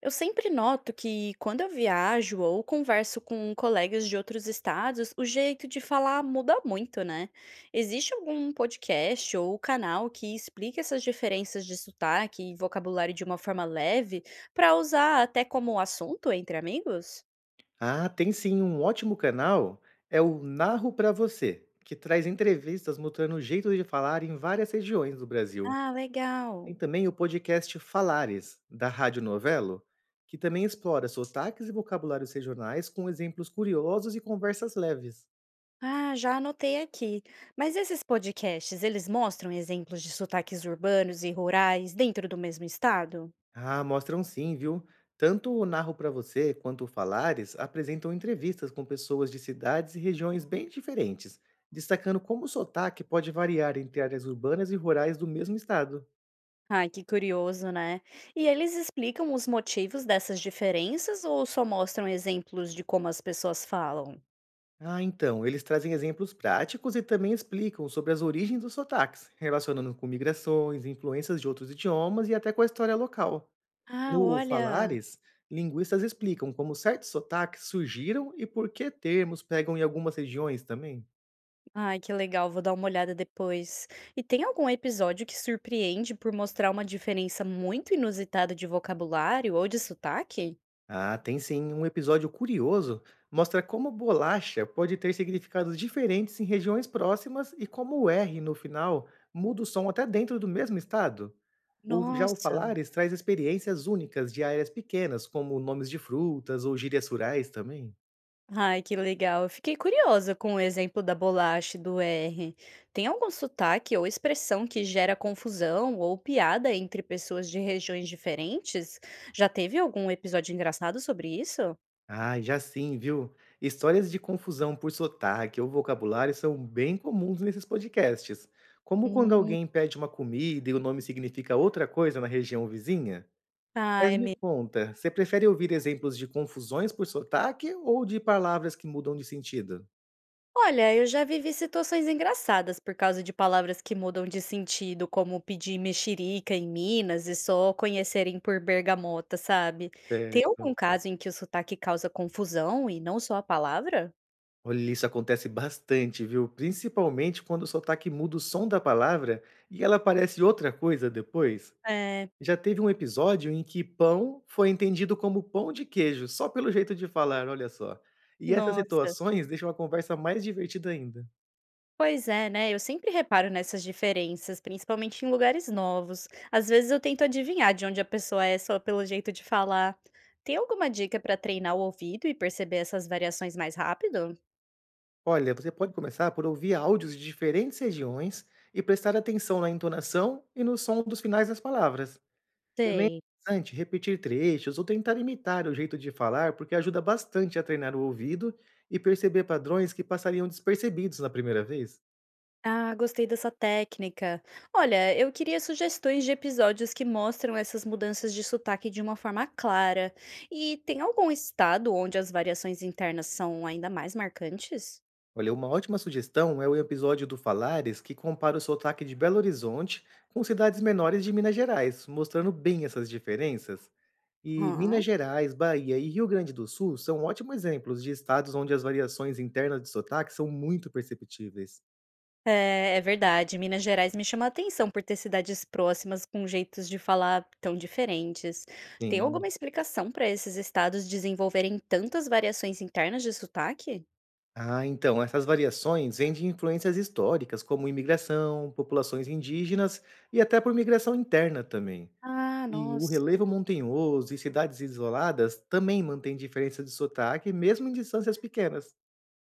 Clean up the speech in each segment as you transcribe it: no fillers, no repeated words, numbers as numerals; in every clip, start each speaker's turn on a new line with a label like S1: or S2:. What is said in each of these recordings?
S1: Eu sempre noto que quando eu viajo ou converso com colegas de outros estados, o jeito de falar muda muito, né? Existe algum podcast ou canal que explique essas diferenças de sotaque e vocabulário de uma forma leve para usar até como assunto entre amigos?
S2: Ah, tem sim um ótimo canal, é o Narro Pra Você, que traz entrevistas mostrando o jeito de falar em várias regiões do Brasil.
S1: Ah,
S2: Tem
S1: legal.
S2: também o podcast Falares, da Rádio Novelo, que também explora sotaques e vocabulários regionais com exemplos curiosos e conversas leves.
S1: Ah, já anotei aqui. Mas esses podcasts, eles mostram exemplos de sotaques urbanos e rurais dentro do mesmo estado?
S2: Ah, mostram sim, viu? Tanto o Narro Pra Você quanto o Falares apresentam entrevistas com pessoas de cidades e regiões bem diferentes, destacando como o sotaque pode variar entre áreas urbanas e rurais do mesmo estado.
S1: Ai, que curioso, né? E eles explicam os motivos dessas diferenças ou só mostram exemplos de como as pessoas falam?
S2: Ah, então, eles trazem exemplos práticos e também explicam sobre as origens dos sotaques, relacionando com migrações, influências de outros idiomas e até com a história local.
S1: Ah,
S2: No
S1: olha!
S2: Falares, linguistas explicam como certos sotaques surgiram e por que termos pegam em algumas regiões também.
S1: Ai, que legal, vou dar uma olhada depois. E tem algum episódio que surpreende por mostrar uma diferença muito inusitada de vocabulário ou de sotaque?
S2: Ah, tem sim, um episódio curioso mostra como bolacha pode ter significados diferentes em regiões próximas e como o R no final muda o som até dentro do mesmo estado. Já o
S1: Nossa!
S2: Falares traz experiências únicas de áreas pequenas, como nomes de frutas ou gírias rurais também.
S1: Ai, que legal. Eu fiquei curiosa com o exemplo da bolacha e do R. Tem algum sotaque ou expressão que gera confusão ou piada entre pessoas de regiões diferentes? Já teve algum episódio engraçado sobre isso?
S2: Ah, já sim, viu? Histórias de confusão por sotaque ou vocabulário são bem comuns nesses podcasts, como quando
S1: Hum,
S2: alguém pede uma comida e o nome significa outra coisa na região vizinha. Mas
S1: ai,
S2: me
S1: me...
S2: conta, você prefere ouvir exemplos de confusões por sotaque ou de palavras que mudam de sentido?
S1: Olha, eu já vivi situações engraçadas por causa de palavras que mudam de sentido, como pedir mexerica em Minas e só conhecerem por bergamota, sabe? Tem
S2: Certo.
S1: algum caso em que o sotaque causa confusão e não só a palavra?
S2: Olha, isso acontece bastante, viu? Principalmente quando o sotaque muda o som da palavra e ela parece outra coisa depois.
S1: É.
S2: Já teve um episódio em que pão foi entendido como pão de queijo, só pelo jeito de falar, olha só. E essas
S1: Nossa.
S2: situações deixam a conversa mais divertida ainda.
S1: Pois é, né, eu sempre reparo nessas diferenças, principalmente em lugares novos. Às vezes eu tento adivinhar de onde a pessoa é só pelo jeito de falar. Tem alguma dica para treinar o ouvido e perceber essas variações mais rápido?
S2: Olha, você pode começar por ouvir áudios de diferentes regiões e prestar atenção na entonação e no som dos finais das palavras. Também é
S1: Sei.
S2: interessante repetir trechos ou tentar imitar o jeito de falar, porque ajuda bastante a treinar o ouvido e perceber padrões que passariam despercebidos na primeira vez.
S1: Ah, gostei dessa técnica. Olha, eu queria sugestões de episódios que mostram essas mudanças de sotaque de uma forma clara. E tem algum estado onde as variações internas são ainda mais marcantes?
S2: Olha, uma ótima sugestão é o episódio do Falares que compara o sotaque de Belo Horizonte com cidades menores de Minas Gerais, mostrando bem essas diferenças. E Minas Gerais, Bahia e Rio Grande do Sul são ótimos exemplos de estados onde as variações internas de sotaque são muito perceptíveis.
S1: É, é verdade. Minas Gerais me chama a atenção por ter cidades próximas com jeitos de falar tão diferentes. Tem
S2: Sim.
S1: alguma explicação para esses estados desenvolverem tantas variações internas de sotaque?
S2: Ah, então, essas variações vêm de influências históricas, como imigração, populações indígenas e até por migração interna também.
S1: Ah,
S2: E o
S1: nossa.
S2: relevo montanhoso e cidades isoladas também mantêm diferença de sotaque, mesmo em distâncias pequenas.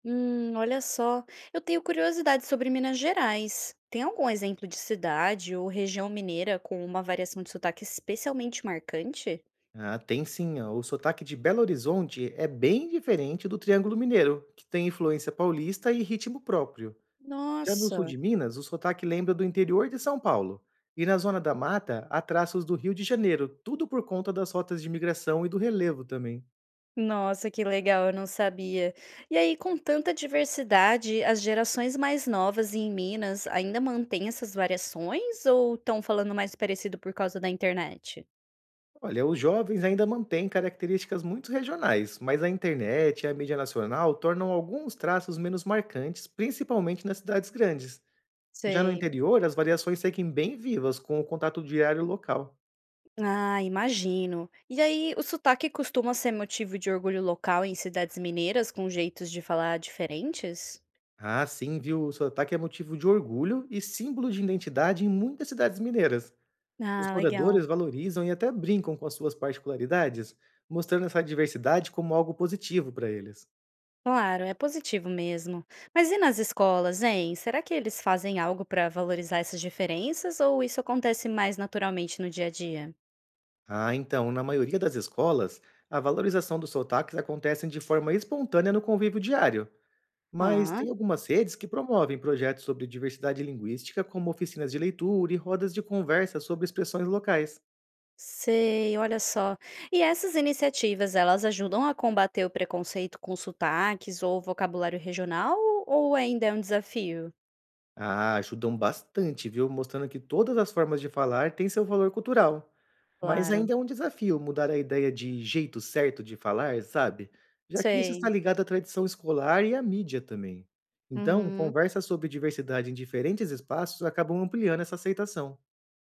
S1: Olha só. Eu tenho curiosidade sobre Minas Gerais. Tem algum exemplo de cidade ou região mineira com uma variação de sotaque especialmente marcante?
S2: Ah, tem sim, ó, o sotaque de Belo Horizonte é bem diferente do Triângulo Mineiro, que tem influência paulista e ritmo próprio. Já no sul
S1: Nossa.
S2: de Minas, o sotaque lembra do interior de São Paulo. E na zona da mata, há traços do Rio de Janeiro, tudo por conta das rotas de migração e do relevo também.
S1: Nossa, que legal, eu não sabia. E aí, com tanta diversidade, as gerações mais novas em Minas ainda mantêm essas variações ou estão falando mais parecido por causa da internet?
S2: Olha, os jovens ainda mantêm características muito regionais, mas a internet e a mídia nacional tornam alguns traços menos marcantes, principalmente nas cidades grandes. Já no
S1: Sei.
S2: interior, as variações seguem bem vivas com o contato diário local.
S1: Ah, imagino. E aí, o sotaque costuma ser motivo de orgulho local em cidades mineiras com jeitos de falar diferentes?
S2: Ah, sim, viu? O sotaque é motivo de orgulho e símbolo de identidade em muitas cidades mineiras. Os
S1: Ah, legal.
S2: moradores valorizam e até brincam com as suas particularidades, mostrando essa diversidade como algo positivo para eles.
S1: Claro, é positivo mesmo. Mas e nas escolas, hein? Será que eles fazem algo para valorizar essas diferenças ou isso acontece mais naturalmente no dia a dia?
S2: Ah, então, na maioria das escolas, a valorização dos sotaques acontece de forma espontânea no convívio diário, mas
S1: Ah,
S2: tem algumas redes que promovem projetos sobre diversidade linguística, como oficinas de leitura e rodas de conversa sobre expressões locais.
S1: sei, olha só. E essas iniciativas, elas ajudam a combater o preconceito com sotaques ou vocabulário regional ou ainda é um desafio?
S2: Ah, ajudam bastante, viu? Mostrando que todas as formas de falar têm seu valor cultural. Mas
S1: Claro,
S2: ainda é um desafio mudar a ideia de jeito certo de falar, sabe? Já que isso está
S1: sei.
S2: ligado à tradição escolar e à mídia também. Então,
S1: Uhum.
S2: conversas sobre diversidade em diferentes espaços acabam ampliando essa aceitação.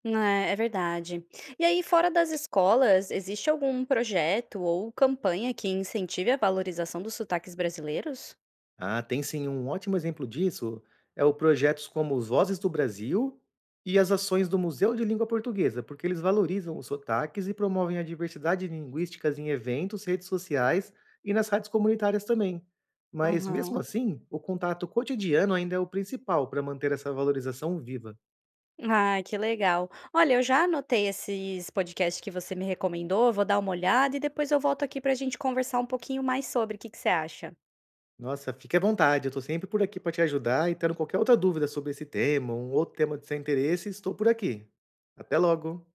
S1: É, é verdade. E aí, fora das escolas, existe algum projeto ou campanha que incentive a valorização dos sotaques brasileiros?
S2: Ah, tem sim um ótimo exemplo disso. É o projetos como os Vozes do Brasil e as ações do Museu de Língua Portuguesa, porque eles valorizam os sotaques e promovem a diversidade linguística em eventos, redes sociais e nas rádios comunitárias também. Mas mesmo
S1: Aham.
S2: assim, o contato cotidiano ainda é o principal para manter essa valorização viva.
S1: Ah, que legal. Olha, eu já anotei esses podcasts que você me recomendou, vou dar uma olhada e depois eu volto aqui para a gente conversar um pouquinho mais sobre. O que que você acha?
S2: Nossa, fique à vontade, eu estou sempre por aqui para te ajudar e tendo qualquer outra dúvida sobre esse tema, um outro tema de seu interesse, estou por aqui. Até logo!